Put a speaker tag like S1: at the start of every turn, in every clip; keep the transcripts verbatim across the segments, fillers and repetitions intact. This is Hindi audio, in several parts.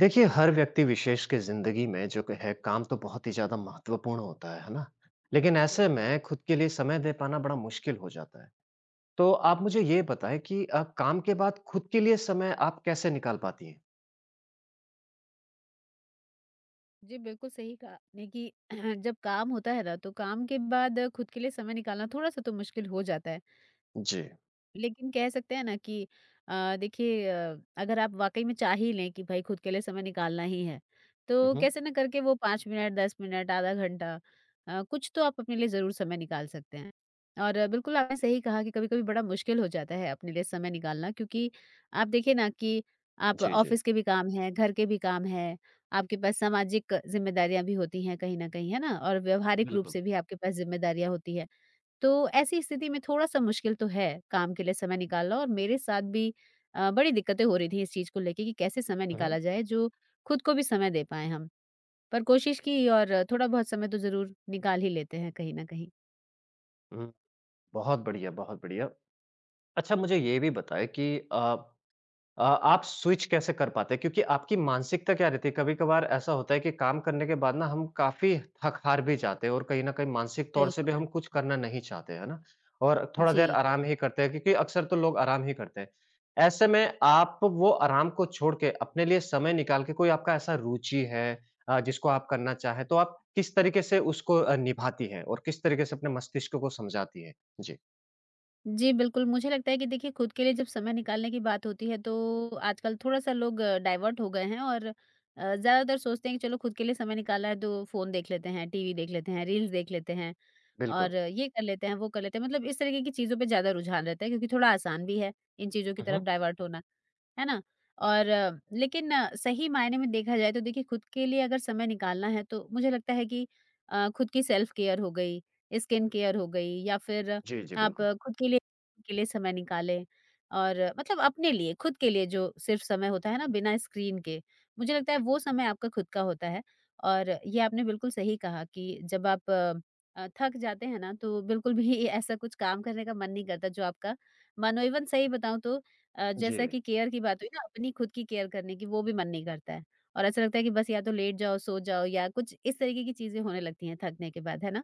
S1: देखिए, हर व्यक्ति विशेष की ज़िंदगी में जो क है काम तो बहुत ही ज़्यादा महत्वपूर्ण होता है, है ना? लेकिन ऐसे
S2: बिल्कुल।
S1: में खुद के लिए समय दे पाना बड़ा मुश्किल हो जाता है। तो आप मुझे ये बताएँ कि अ, काम के बाद खुद के लिए समय आप कैसे निकाल पाती हैं?
S2: जी, बिल्कुल सही कहा आपने कि जब काम होता है ना, तो काम के बाद खुद के लिए समय निकालना थोड़ा-सा तो मुश्किल हो जाता है।
S1: जी।
S2: लेकिन कह सकते हैं ना कि अ, देखिए अ, अगर आप वाकई में चाह ही लें कि भाई खुद के लिए समय निकालना ही है, तो
S1: उहुँ।
S2: कैसे ना करके वो पांच मिनट, दस मिनट, आधा घंटा अ, कुछ तो आप अपने लिए ज़रूर समय निकाल सकते हैं। और अ, बिल्कुल आपने सही कहा कि कभी-कभी बड़ा मुश्किल हो जाता है अपने लिए समय निकालना क्योंकि आप देखिए ना कि आप
S1: जी, जी।
S2: ऑफ़िस के भी काम हैं, घर के भी काम हैं, आपके पास सामाजिक ज़िम्मेदारियाँ भी होती हैं कहीं न कहीं, है ना? और व्यावहारिक रूप
S1: बिल्कुल।
S2: से भी आपके पास ज़िम्मेदारियाँ होती हैं। तो ऐसी स्थिति में थोड़ा-सा मुश्किल तो है काम के लिए समय निकालना और मेरे साथ भी अ, बड़ी दिक्कतें हो रही थी इस चीज़ को लेके कि कैसे समय
S1: हुँ,
S2: निकाला
S1: हुँ।
S2: जाए जो खुद को भी समय दे पाएँ हम। पर कोशिश की और थोड़ा बहुत समय तो ज़रूर निकाल ही लेते हैं कहीं न कहीं।
S1: हुँ, बहुत बढ़िया, बहुत बढ़िया। अच्छा मुझे ये भी बताएँ कि अ अ, आप स्विच कैसे कर पाते हैं? क्योंकि आपकी मानसिकता क्या रहती है? कभी-कभार ऐसा होता है कि काम करने के बाद ना हम काफ़ी थक-हार भी जाते हैं और कहीं न कहीं मानसिक तौर से भी
S2: बिल्कुल।
S1: हम कुछ करना नहीं चाहते, है ना? और थोड़ा देर
S2: जी।
S1: आराम ही करते हैं क्योंकि अक्सर तो लोग आराम ही करते हैं। ऐसे में आप वो आराम को छोड़ के अपने लिए समय निकाल के कोई आपका ऐसा रुचि है, अ, जिसको आप करना चाहें, तो आप किस तरीके से उसको अ, निभाती हैं और किस तरीके से अपने मस्तिष्क को समझाती हैं? जी,
S2: जी, बिल्कुल मुझे लगता है कि देखिए खुद के लिए जब समय निकालने की बात होती है तो आजकल थोड़ा-सा लोग डाइवर्ट हो गए हैं और अ, ज़्यादातर सोचते हैं कि चलो खुद के लिए समय निकाला है तो फ़ोन देख लेते हैं, टीवी देख लेते हैं, रील्स देख लेते हैं।
S1: बिल्कुल।
S2: और ये कर लेते हैं, वो कर लेते हैं। मतलब इस तरीके की चीज़ों पे ज़्यादा रुझान रहता है क्योंकि थोड़ा आसान भी है, इन चीज़ों की
S1: हुँ,
S2: तरफ
S1: हुँ।
S2: डाइवर्ट होना। है ना? और अ, लेकिन अ, सही मायने में देखा जाए तो देखिए खुद के लिए अगर समय निकालना है तो मुझे लगता है कि अ, खुद की सेल्फ केयर हो गई, स्किन केयर हो गई या फिर
S1: जी, जी,
S2: आप
S1: बिल्कुल।
S2: अ, खुद के लिए के लिए समय निकालें और अ, मतलब अपने लिए, खुद के लिए जो सिर्फ़ समय होता है ना बिना स्क्रीन के, मुझे लगता है वो समय आपका खुद का होता है। और ये आपने बिल्कुल सही कहा कि जब आप अ, अ, थक जाते हैं ना तो बिल्कुल भी ऐसा कुछ काम करने का मन नहीं करता जो आपका मानो इवन सही बताऊँ तो अ, जैसा
S1: जी,
S2: कि केयर की बात हुई ना अपनी खुद की केयर करने की, वो भी मन नहीं करता है और ऐसा लगता है कि बस या तो लेट जाओ, सो जाओ या कुछ इस तरीके की चीज़ें होने लगती हैं थकने के बाद, है ना?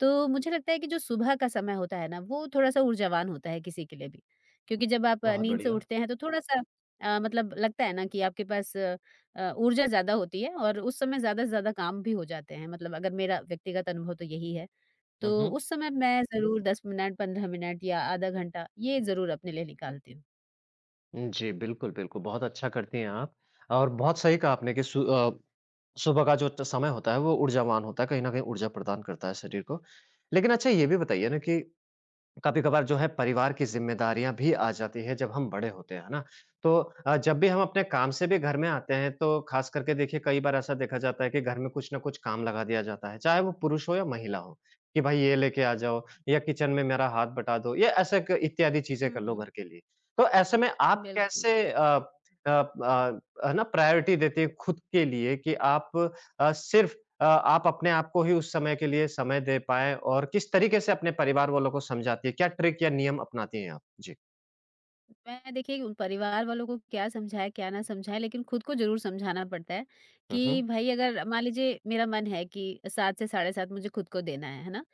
S2: तो मुझे लगता है कि जो सुबह का समय होता है ना, वो थोड़ा-सा ऊर्जावान होता है किसी के लिए भी। क्योंकि जब आप अ,
S1: बहुत
S2: नींद से
S1: बढ़िया।
S2: उठते हैं तो थोड़ा-सा अ, मतलब लगता है ना कि आपके पास अ, अ, ऊर्जा ज़्यादा होती है और उस समय ज़्यादा से ज़्यादा काम भी हो जाते हैं। मतलब अगर मेरा व्यक्तिगत अनुभव तो यही है। तो
S1: हुँ, हुँ।
S2: उस समय मैं ज़रूर दस मिनट, पंद्रह मिनट या आधा घंटा ये ज़रूर अपने लिए निकालती हूँ।
S1: जी, बिल्कुल, बिल्कुल, बहुत अच्छा करती हैं आप और बहुत सही कहा आपने कि सु अ, सुबह का जो ट समय होता है, वो ऊर्जावान होता है, कहीं न कहीं ऊर्जा प्रदान करता है शरीर को। लेकिन अच्छा ये भी बताइए ना कि कभी-कभार जो है परिवार की ज़िम्मेदारियाँ भी आ जाती है जब हम बड़े होते हैं, है ना? तो अ, जब भी हम अपने काम से भी घर में आते हैं तो ख़ास करके देखिए कई बार ऐसा देखा जाता है कि घर में कुछ न कुछ काम लगा दिया जाता है, चाहे वो पुरुष हो या महिला हो, कि भाई ये लेके आ जाओ या किचन में मेरा हाथ बटा दो या ऐसे क इत्यादि चीज़ें
S2: हुँ,
S1: कर लो
S2: हुँ।
S1: घर के लिए। तो ऐसे में आप
S2: बिल्कुल।
S1: कैसे अ अ अ, है ना प्रायोरिटी देते हैं खुद के लिए कि आप, अ, सिर्फ़, अ, आप अपने आप को ही उस समय के लिए समय दे पाएँ और किस तरीके से अपने परिवार वालों को समझाती है? क्या ट्रिक या नियम अपनाती हैं आप? जी।
S2: मैं देखिए उन परिवार वालों को क्या समझाएँ, क्या ना समझाएँ लेकिन खुद को ज़रूर समझाना पड़ता है
S1: हुँ, हुँ।
S2: कि भई अगर मान लीजिए मेरा मन है कि सात से साढ़े सात मुझे खुद को देना है, है ना?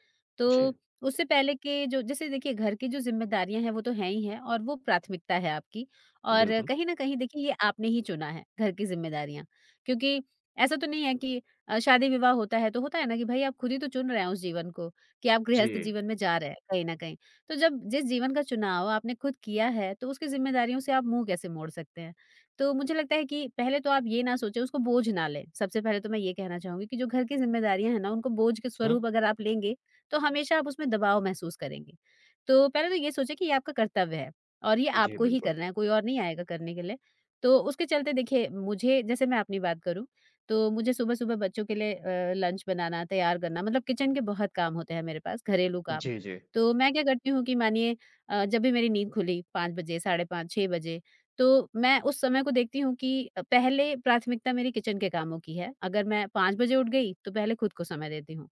S1: जी,
S2: तो उससे पहले के जो जैसे देखिए घर की जो ज़िम्मेदारियाँ हैं वो तो हैं ही हैं और वो प्राथमिकता है आपकी और
S1: बिल्कुल।
S2: कहीं न कहीं देखिए ये आपने ही चुना है घर की ज़िम्मेदारियाँ। क्योंकि ऐसा तो नहीं है कि अ, शादी-विवाह होता है तो होता है ना कि भई आप खुद ही तो चुन रहे हैं उस जीवन को कि आप
S1: जी।
S2: गृहस्थ जीवन में जा रहे हैं कहीं न कहीं। तो जब जिस जीवन का चुनाव आपने खुद किया है तो उसकी जिम्मेदारियों से आप मुंह कैसे मोड़ सकते हैं? तो मुझे लगता है कि पहले तो आप ये ना सोचें उसको बोझ ना लें। सबसे पहले तो मैं ये कहना चाहूँगी कि जो घर की जिम्मेदारियाँ हैं ना उनको बोझ के
S1: हुँ,
S2: स्वरूप अगर आप लेंगे तो हमेशा आप उसमें दबाव महसूस करेंगे। तो पहले तो ये सोचें कि ये आपका कर्तव्य है और ये
S1: जी
S2: आपको ही
S1: बिल्कुल।
S2: करना है, कोई और नहीं आएगा करने के लिए। तो उसके चलते देखिए मुझे जैसे मैं अपनी बात करूँ तो मुझे सुबह-सुबह बच्चों के लिए अ, लंच बनाना, तैयार करना मतलब किचन के बहुत काम होते हैं मेरे पास, घरेलू काम।
S1: जी, जी।
S2: तो मैं क्या करती हूँ कि मानिए अ, जब भी मेरी नींद खुली पांच बजे, साढ़े पांच, छह बजे, तो मैं उस समय को देखती हूँ कि अ, पहले प्राथमिकता मेरी किचन के कामों की है। अगर मैं पांच बजे उठ गई, तो पहले खुद को समय देती हूँ।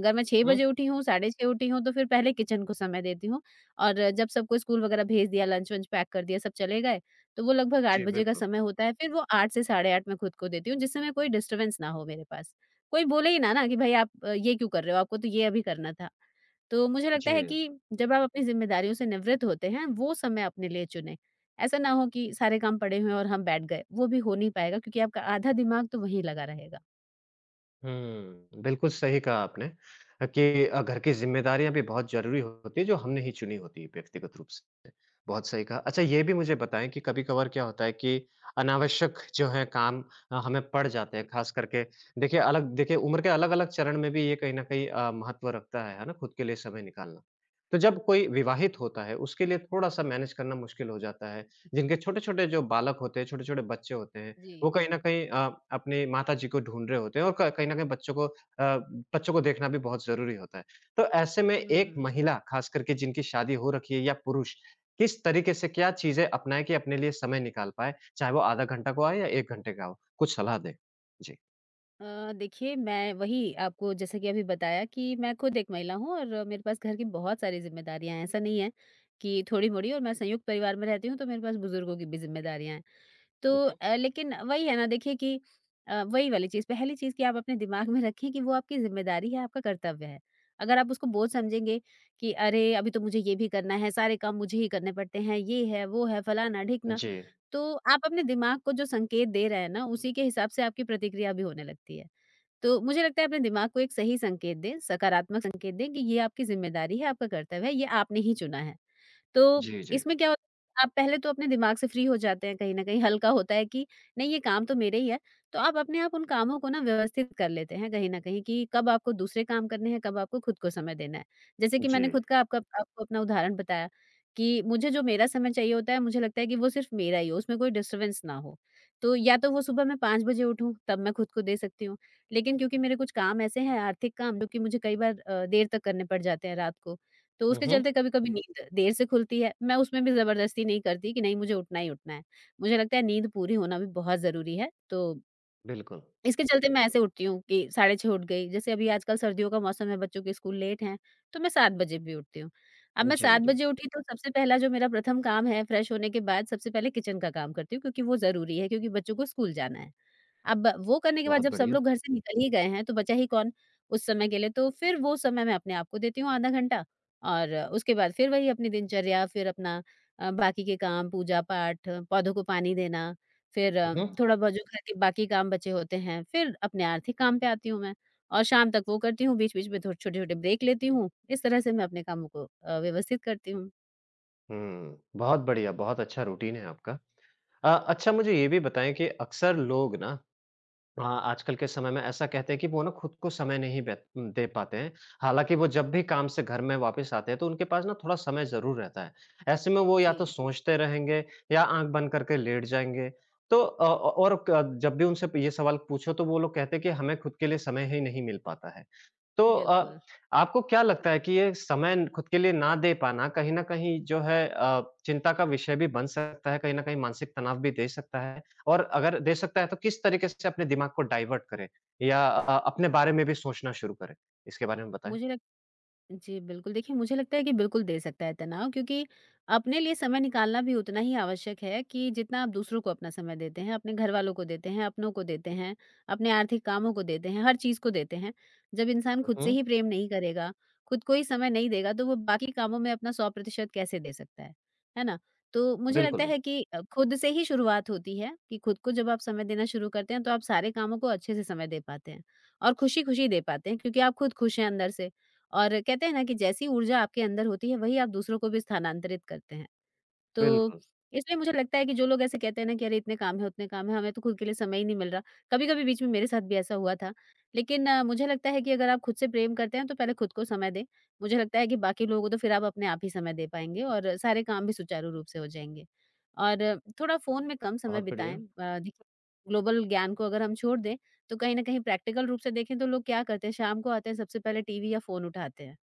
S2: अगर मैं छह
S1: हुँ,
S2: बजे उठी हूँ, साढ़े छह उठी हूँ, तो फिर पहले किचन को समय देती हूँ और जब सबको स्कूल वगैरह भेज दिया, लंच-वंच पैक कर दिया, सब चले गए, तो वो लगभग आठ
S1: जी
S2: बजे का
S1: बिल्कुल।
S2: समय होता है। फिर वो आठ से साढ़े आठ मैं खुद को देती हूँ, जिस समय कोई डिस्टर्बेंस ना हो मेरे पास। कोई बोले ही ना ना कि, "भई आप अ, ये क्यों कर रहे हो? आपको तो ये अभी करना था।" तो मुझे लगता है
S1: जी।
S2: कि जब आप अपनी ज़िम्मेदारियों से निवृत्त होते हैं, वो समय अपने लिए चुनें। ऐसा ना हो कि सारे काम पड़े हुए हैं और हम बैठ गए, वो भी हो नहीं पाएगा क्योंकि आपका आधा दिमाग तो वहीं लगा रहेगा।
S1: हुँ, बिल्कुल सही कहा आपने अ, कि अ, घर की ज़िम्मेदारियाँ भी बहुत ज़रूरी होती है जो हमने ही चुनी होती है व्यक्तिगत रूप से। बहुत सही कहा। अच्छा ये भी मुझे बताएँ कि कभी-कभार क्या होता है कि अनावश्यक जो है काम अ, हमें पड़ जाते हैं ख़ास करके देखिए अलग देखिए उम्र के अलग-अलग चरण में भी ये कहीं न कहीं अ, महत्व रखता है, है ना? खुद के लिए समय निकालना। तो जब कोई विवाहित होता है उसके लिए थोड़ा-सा मैनेज करना मुश्किल हो जाता है। जिनके छोटे-छोटे जो बालक होते हैं, छोटे-छोटे बच्चे होते हैं
S2: जी।
S1: वो कहीं न कहीं अ, अपनी माता जी को ढूँढ रहे होते हैं और क कहीं न कहीं बच्चों को अ, बच्चों को देखना भी बहुत ज़रूरी होता है। तो ऐसे में एक
S2: हुँ।
S1: महिला ख़ास करके जिनकी शादी हो रखी है या पुरुष, किस तरीके से क्या चीज़ें अपनाएँ कि अपने लिए समय निकाल पाएँ? चाहे वो आधा घंटा का हो या एक घंटे का हो, कुछ सलाह दें? जी।
S2: अ, देखिए मैं वही आपको जैसा कि अभी बताया कि मैं खुद एक महिला हूँ और मेरे पास घर की बहुत सारी ज़िम्मेदारियाँ हैं। ऐसा नहीं है कि थोड़ी-मोड़ी और मैं संयुक्त परिवार में रहती हूँ, तो मेरे पास बुज़ुर्गों की भी ज़िम्मेदारियाँ हैं। तो
S1: हुँ, हुँ।
S2: अ, लेकिन वही है ना देखिए कि अ, वही वाली चीज़, पहली चीज़ कि आप अपने दिमाग में रखें कि वो आपकी ज़िम्मेदारी है, आपका कर्तव्य है। अगर आप उसको बोझ समझेंगे कि अरे! अभी तो मुझे ये भी करना है, सारे काम मुझे ही करने पड़ते हैं, ये है, वो है, फलाना-ढिकना,
S1: जी।
S2: तो आप अपने दिमाग को जो संकेत दे रहे हैं ना, उसी के हिसाब से आपकी प्रतिक्रिया भी होने लगती है। तो मुझे लगता है अपने दिमाग को एक सही संकेत दें, सकारात्मक संकेत दें कि ये आपकी ज़िम्मेदारी है, आपका कर्तव्य है, ये आपने ही चुना है। तो
S1: जी, जी।
S2: इसमें क्या होता है कि आप पहले तो अपने दिमाग से फ्री हो जाते हैं कहीं न कहीं, हल्का होता है कि नहीं ये काम तो मेरे ही है। तो आप अपने आप उन कामों को ना व्यवस्थित कर लेते हैं कहीं न कहीं कि कब आपको दूसरे काम करने हैं, कब आपको खुद को समय देना है। जैसे कि
S1: जी।
S2: मैंने खुद का आपका आपको अपना उदाहरण बताया कि मुझे जो मेरा समय चाहिए होता है, मुझे लगता है कि वो सिर्फ़ मेरा ही हो, उसमें कोई डिस्टर्बेंस ना हो। तो या तो वो सुबह मैं पांच बजे उठूँ, तब मैं खुद को दे सकती हूँ। लेकिन क्योंकि मेरे कुछ काम ऐसे हैं, आर्थिक काम, जो कि मुझे कई बार अ, देर तक करने पड़ जाते हैं रात को। तो
S1: हुँ,
S2: उसके
S1: हुँ।
S2: चलते कभी-कभी नींद देर से खुलती है। मैं उसमें भी ज़बरदस्ती नहीं करती कि नहीं मुझे उठना ही उठना है। मुझे लगता है नींद पूरी होना भी बहुत ज़रूरी है। तो
S1: बिल्कुल।
S2: इसके चलते मैं ऐसे उठती हूँ कि साढ़े छह उठ गई, जैसे अभी आजकल सर्दियों का मौसम है, बच्चों के स्कूल लेट हैं, तो मैं सात बजे भी उठती हूँ। अब मैं
S1: जी,
S2: सात
S1: जी।
S2: बजे उठी तो सबसे पहला जो मेरा प्रथम काम है, फ्रेश होने के बाद सबसे पहले किचन का काम करती हूँ क्योंकि वो ज़रूरी है क्योंकि बच्चों को स्कूल जाना है। अब वो करने के बाद
S1: बहुत
S2: जब सब
S1: बढ़िया।
S2: लोग घर से निकल ही गए हैं, तो बचा ही कौन उस समय के लिए, तो फिर वो समय मैं अपने आप को देती हूँ आधा घंटा और उसके बाद फिर वही अपनी दिनचर्या, फिर अपना अ, बाकी के काम, पूजा-पाठ, पौधों को पानी देना फिर
S1: हुँ,
S2: अ,
S1: हुँ।
S2: थोड़ा बहुत जो घर के बाकी काम बचे होते हैं, फिर अपने आर्थिक काम पे आती हूँ मैं और शाम तक वो करती हूँ, बीच-बीच में थो छोटे-छोटे ब्रेक लेती हूँ। इस तरह से मैं अपने कामों को अ, व्यवस्थित करती हूँ।
S1: हुँ, बहुत बढ़िया, बहुत अच्छा रूटीन है आपका। अ, अच्छा मुझे ये भी बताएँ कि अक्सर लोग ना हाँ, आजकल के समय में ऐसा कहते हैं कि वो ना खुद को समय नहीं बेत दे पाते हैं। हालाँकि वो जब भी काम से घर में वापस आते हैं तो उनके पास ना थोड़ा समय ज़रूर रहता है। ऐसे में वो या तो
S2: जी,
S1: सोचते रहेंगे या आँख बंद करके लेट जाएँगे। तो अ, औ और क जब भी उनसे ये सवाल पूछो तो वो लोग कहते हैं कि हमें खुद के लिए समय ही नहीं मिल पाता है। तो अ,
S2: बिल्कुल।
S1: आपको क्या लगता है कि ये समय न- खुद के लिए ना दे पाना कहीं न कहीं जो है अ, चिंता का विषय भी बन सकता है, कहीं न कहीं मानसिक तनाव भी दे सकता है? और अगर दे सकता है तो किस तरीके से अपने दिमाग को डाइवर्ट करें या अ, अपने बारे में भी सोचना शुरू करें? इसके बारे में बताएँ?
S2: मुझे लग जी, बिल्कुल। देखिए, मुझे लगता है कि बिल्कुल दे सकता है तनाव क्योंकि अपने लिए समय निकालना भी उतना ही आवश्यक है कि जितना आप दूसरों को अपना समय देते हैं, अपने घरवालों को देते हैं, अपनों को देते हैं, अपने आर्थिक कामों को देते हैं, हर चीज़ को देते हैं। जब इंसान खुद
S1: हुँ,
S2: से ही प्रेम नहीं करेगा, खुद को ही समय नहीं देगा, तो वो बाकी कामों में अपना सौ प्रतिशत कैसे दे सकता है, है ना? तो मुझे
S1: बिल्कुल,
S2: लगता
S1: बिल्कुल।
S2: है कि अ, खुद से ही शुरुआत होती है कि खुद को जब आप समय देना शुरू करते हैं, तो आप सारे कामों को अच्छे से समय दे पाते हैं और खुशी-खुशी दे पाते हैं क्योंकि आप खुद खुश हैं अंदर से। और कहते हैं ना कि जैसी ऊर्जा आपके अंदर होती है वही आप दूसरों को भी स्थानांतरित करते हैं। तो
S1: बिल्कुल,
S2: इसलिए मुझे लगता है कि जो लोग ऐसे कहते हैं ना कि अरे इतने काम है उतने काम है, हमें तो खुद के लिए समय ही नहीं मिल रहा। कभी-कभी बीच में मेरे साथ भी ऐसा हुआ था। लेकिन अ, मुझे लगता है कि अगर आप खुद से प्रेम करते हैं तो पहले खुद को समय दें। मुझे लगता है कि बाकी लोगों को तो फिर आप अपने आप ही समय दे पाएँगे और सारे काम भी सुचारू रूप से हो जाएँगे। और अ, थोड़ा फ़ोन में कम समय
S1: बहुत
S2: बिताएँ।
S1: बढ़िया।
S2: अ, देखिए, ग्लोबल ज्ञान को अगर हम छोड़ दें तो कहीं न कहीं प्रैक्टिकल रूप से देखें तो लोग क्या करते हैं, शाम को आते हैं, सबसे पहले टीवी या फ़ोन उठाते हैं।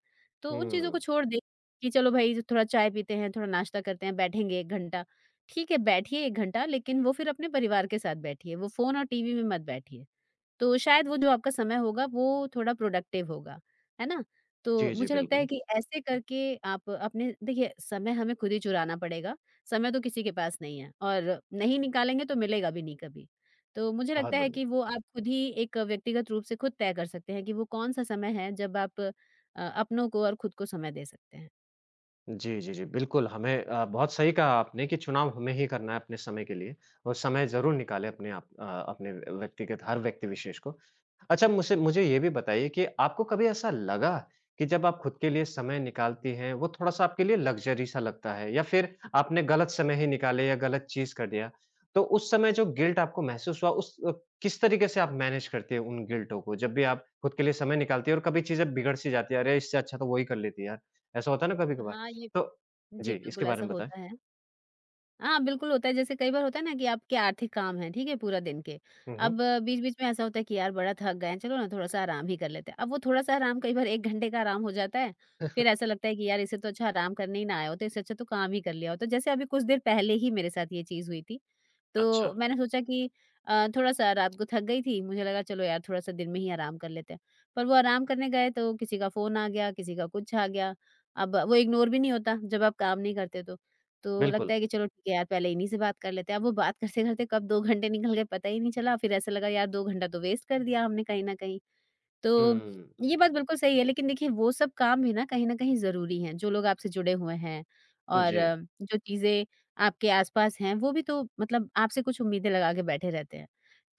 S2: तो उन चीज़ों
S1: हुँ।
S2: को छोड़ दें कि चलो भई थोड़ा चाय पीते हैं, थोड़ा नाश्ता करते हैं, बैठेंगे एक घंटा। ठीक है, बैठिए एक घंटा, लेकिन वो फिर अपने परिवार के साथ बैठिए, वो फ़ोन और टीवी में मत बैठिए। तो शायद वो जो आपका समय होगा वो थोड़ा प्रोडक्टिव होगा, है ना? तो
S1: जी, जी,
S2: मुझे लगता है
S1: बिल्कुल।
S2: कि ऐसे करके आप अपने देखिए समय हमें खुद ही चुराना पड़ेगा, समय तो किसी के पास नहीं है और नहीं निकालेंगे तो मिलेगा भी नहीं कभी। तो मुझे
S1: बहुत
S2: लगता है
S1: बढ़िया।
S2: कि वो आप खुद ही एक व्यक्तिगत रूप से खुद तय कर सकते हैं कि वो कौन-सा समय है जब आप अ, अपनों को और खुद को समय दे सकते हैं।
S1: जी, जी, जी। बिल्कुल, हमें अ, बहुत सही कहा आपने कि चुनाव हमें ही करना है अपने समय के लिए और समय ज़रूर निकालें अपने आप, अ, अपने व्यक्तिगत हर व्यक्ति विशेष को। अच्छा मुझसे मुझे ये भी बताइए कि आपको कभी ऐसा लगा कि जब आप खुद के लिए समय निकालती हैं, वो थोड़ा-सा आपके लिए लग्ज़री सा लगता है या फिर आपने गलत समय ही निकाले या गलत चीज़ कर दिया, तो उस समय जो गिल्ट आपको महसूस हुआ उस अ, किस तरीके से आप मैनेज करते हो उन गिल्टों को? जब भी आप खुद के लिए समय निकालती हो और कभी चीज़ें बिगड़ सी जाती है, अरे! इससे अच्छा तो वो ही कर लेती यार, ऐसा होता है ना कभी-कभार?
S2: हाँ, ये
S1: तो
S2: जी,
S1: जी, इसके
S2: बिल्कुल
S1: बारे
S2: ऐसा
S1: में बताएँ।
S2: होता है। हाँ, बिल्कुल होता है, जैसे कई बार होता है ना कि आपके आर्थिक काम हैं, ठीक है, पूरा दिन के।
S1: हुँ, हुँ।
S2: अब बीच-बीच में ऐसा होता है कि यार बड़ा थक गए हैं, चलो ना थोड़ा-सा आराम ही कर लेते हैं। अब वो थोड़ा-सा आराम कई बार एक घंटे का आराम हो जाता है, फिर ऐसा लगता है कि यार इससे तो अच्छा आराम करने ही ना आया होता, इससे अच्छा तो काम ही कर लिया होता। जैसे अभी कुछ देर पहले ही मेरे साथ ये चीज़ हुई थी।
S1: अच्छा।
S2: तो मैंने सोचा कि अ, थोड़ा-सा रात को थक गई थी, मुझे लगा चलो यार थोड़ा-सा दिन में ही आराम कर लेते हैं। पर वो आराम करने गए तो किसी का फ़ोन आ गया, किसी का कुछ आ गया। अब वो इग्नोर भी नहीं होता जब आप काम नहीं करते तो। तो लगता
S1: बिल्कुल।
S2: है कि चलो ठीक है यार, पहले इन्हीं से बात कर लेते हैं। अब वो बात करते-करते कब दो घंटे निकल गए पता ही नहीं चला। फिर ऐसा लगा यार दो घंटा तो वेस्ट कर दिया हमने कहीं न कहीं। तो
S1: हुँ,
S2: ये बात बिल्कुल सही है, लेकिन देखिए वो सब काम भी ना कहीं न कहीं ज़रूरी हैं, जो लोग आपसे जुड़े हुए हैं और
S1: जी,
S2: अ, जो चीज़ें आपके आस-पास हैं, वो भी तो मतलब आपसे कुछ उम्मीदें लगा के बैठे रहते हैं।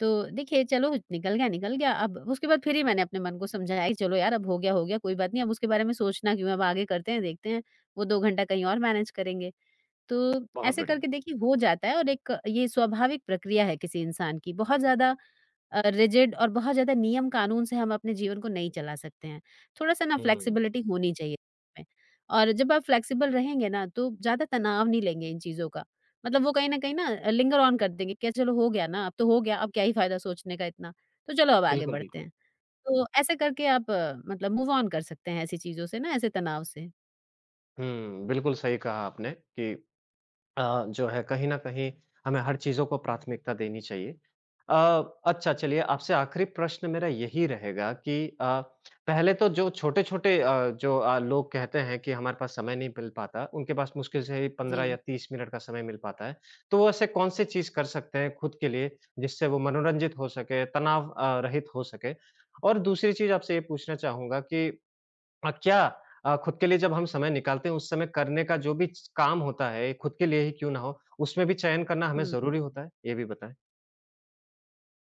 S2: तो देखिए, चलो निकल गया, निकल गया, अब उसके बाद फिर ही मैंने अपने मन को समझाया कि चलो यार अब हो गया, हो गया, कोई बात नहीं, अब उसके बारे में सोचना क्यों है, अब आगे करते हैं, देखते हैं, वो दो घंटा कहीं और मैनेज करेंगे। तो
S1: बहुत
S2: ऐसे
S1: बढ़िया।
S2: करके देखिए हो जाता है, और एक ये स्वाभाविक प्रक्रिया है किसी इंसान की। बहुत ज़्यादा अ, रिजिड और बहुत ज़्यादा नियम कानून से हम अपने जीवन को नहीं चला सकते हैं। थोड़ा-सा ना
S1: हुँ,
S2: फ्लेक्सिबिलिटी होनी चाहिए में। और जब आप फ्लेक्सिबल रहेंगे ना तो ज़्यादा तनाव नहीं लेंगे इन चीज़ों का। मतलब वो कहीं न कहीं ना अ, लिंगर ऑन कर देंगे क्या चलो हो गया ना, अब तो हो गया, अब क्या ही फ़ायदा सोचने का इतना, तो चलो अब आगे
S1: बिल्कुल,
S2: बढ़ते
S1: बिल्कुल।
S2: हैं। तो ऐसे करके आप अ, मतलब मूव ऑन कर सकते हैं ऐसी चीज़ों से ना, ऐसे तनाव से।
S1: हुँ, बिल्कुल सही कहा आपने कि अ, जो है कहीं न कहीं हमें हर चीज़ों को प्राथमिकता देनी चाहिए। अ, अच्छा चलिए आपसे आखिरी प्रश्न मेरा यही रहेगा कि अ, पहले तो जो छोटे-छोटे, अ, जो अ, लोग कहते हैं कि हमारे पास समय नहीं मिल पाता, उनके पास मुश्किल से ही पंद्रह या
S2: जी।
S1: तीस मिनट का समय मिल पाता है। तो वो ऐसे कौन-सी चीज़ कर सकते हैं खुद के लिए जिससे वो मनोरंजित हो सके, तनाव अ, रहित हो सके? और दूसरी चीज़ आपसे ये पूछना चाहूँगा कि अ, क्या अ, खुद के लिए जब हम समय निकालते हैं, उस समय करने का जो भी च काम होता है, खुद के लिए ही क्यों ना हो, उसमें भी चयन करना हमें
S2: हुँ।
S1: ज़रूरी होता है? ये भी बताएँ।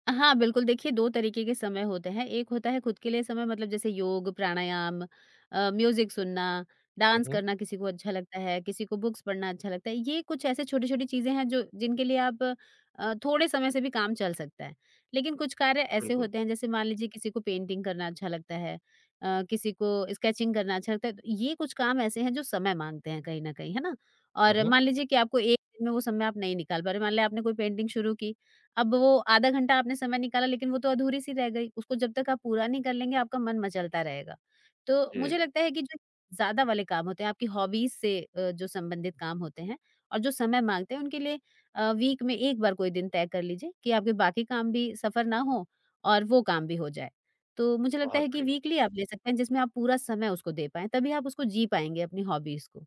S2: हाँ, बिल्कुल, देखिए दो तरीके के समय होते हैं, एक होता है खुद के लिए समय मतलब जैसे योग, प्राणायाम, अ, म्यूज़िक सुनना,
S1: हुँ,
S2: डांस
S1: हुँ।
S2: करना किसी को अच्छा लगता है, किसी को बुक्स पढ़ना अच्छा लगता है, ये कुछ ऐसे छोटी-छोटी चीज़ें हैं जो जिनके लिए आप अ, थोड़े समय से भी काम चल सकता है। लेकिन कुछ कार्य ऐसे
S1: बिल्कुल।
S2: होते हैं, जैसे मान लीजिए किसी को पेंटिंग करना अच्छा लगता है, अ, किसी को स्केचिंग करना अच्छा लगता है, तो ये कुछ काम ऐसे हैं जो समय माँगते हैं कहीं न कहीं, है ना?
S1: हुँ,
S2: और
S1: हुँ।
S2: मान लीजिए कि आपको एक दिन में वो समय आप नहीं निकाल पा रहे, मान लें आपने कोई पेंटिंग शुरू की, अब वो आधा घंटा आपने समय निकाला लेकिन वो तो अधूरी सी रह गई, उसको जब तक आप पूरा नहीं कर लेंगे आपका मन मचलता रहेगा। तो मुझे
S1: जी,
S2: लगता है कि जो ज़्यादा वाले काम होते हैं, आपकी हॉबीज़ से अ, जो संबंधित काम होते हैं और जो समय माँगते हैं, उनके लिए अ, वीक में एक बार कोई दिन तय कर लीजिए कि आपके बाकी काम भी सफ़र ना हो और वो काम भी हो जाए। तो मुझे लगता
S1: बहुत
S2: है कि
S1: बढ़िया।
S2: वीकली आप ले सकते हैं जिसमें आप पूरा समय उसको दे पाएँ, तभी आप उसको जी पाएँगे अपनी हॉबीज़ को।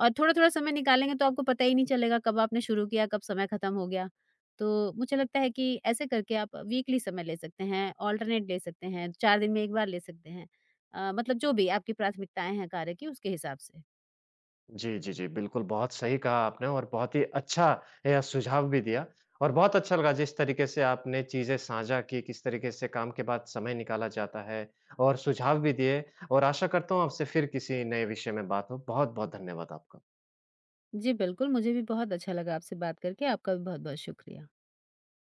S2: और थोड़ा-थोड़ा समय निकालेंगे तो आपको पता ही नहीं चलेगा कब आपने शुरू किया, कब समय खत्म हो गया। तो मुझे लगता है कि ऐसे करके आप वीकली समय ले सकते हैं, ऑल्टरनेट ले सकते हैं, चार दिन में एक बार ले सकते हैं। अ, मतलब जो भी आपकी प्राथमिकताएँ हैं कार्य की उसके हिसाब से।
S1: जी, जी, जी। बिल्कुल, बहुत सही कहा आपने और बहुत ही अच्छा यह सुझाव भी दिया और बहुत अच्छा लगा जिस तरीके से आपने चीज़ें साझा की, किस तरीके से काम के बाद समय निकाला जाता है और सुझाव भी दिए और आशा करता हूँ आपसे फिर किसी नए विषय में बात हो। बहुत-बहुत धन्यवाद आपका।
S2: जी बिल्कुल, मुझे भी बहुत अच्छा लगा आपसे बात करके, आपका भी बहुत-बहुत शुक्रिया।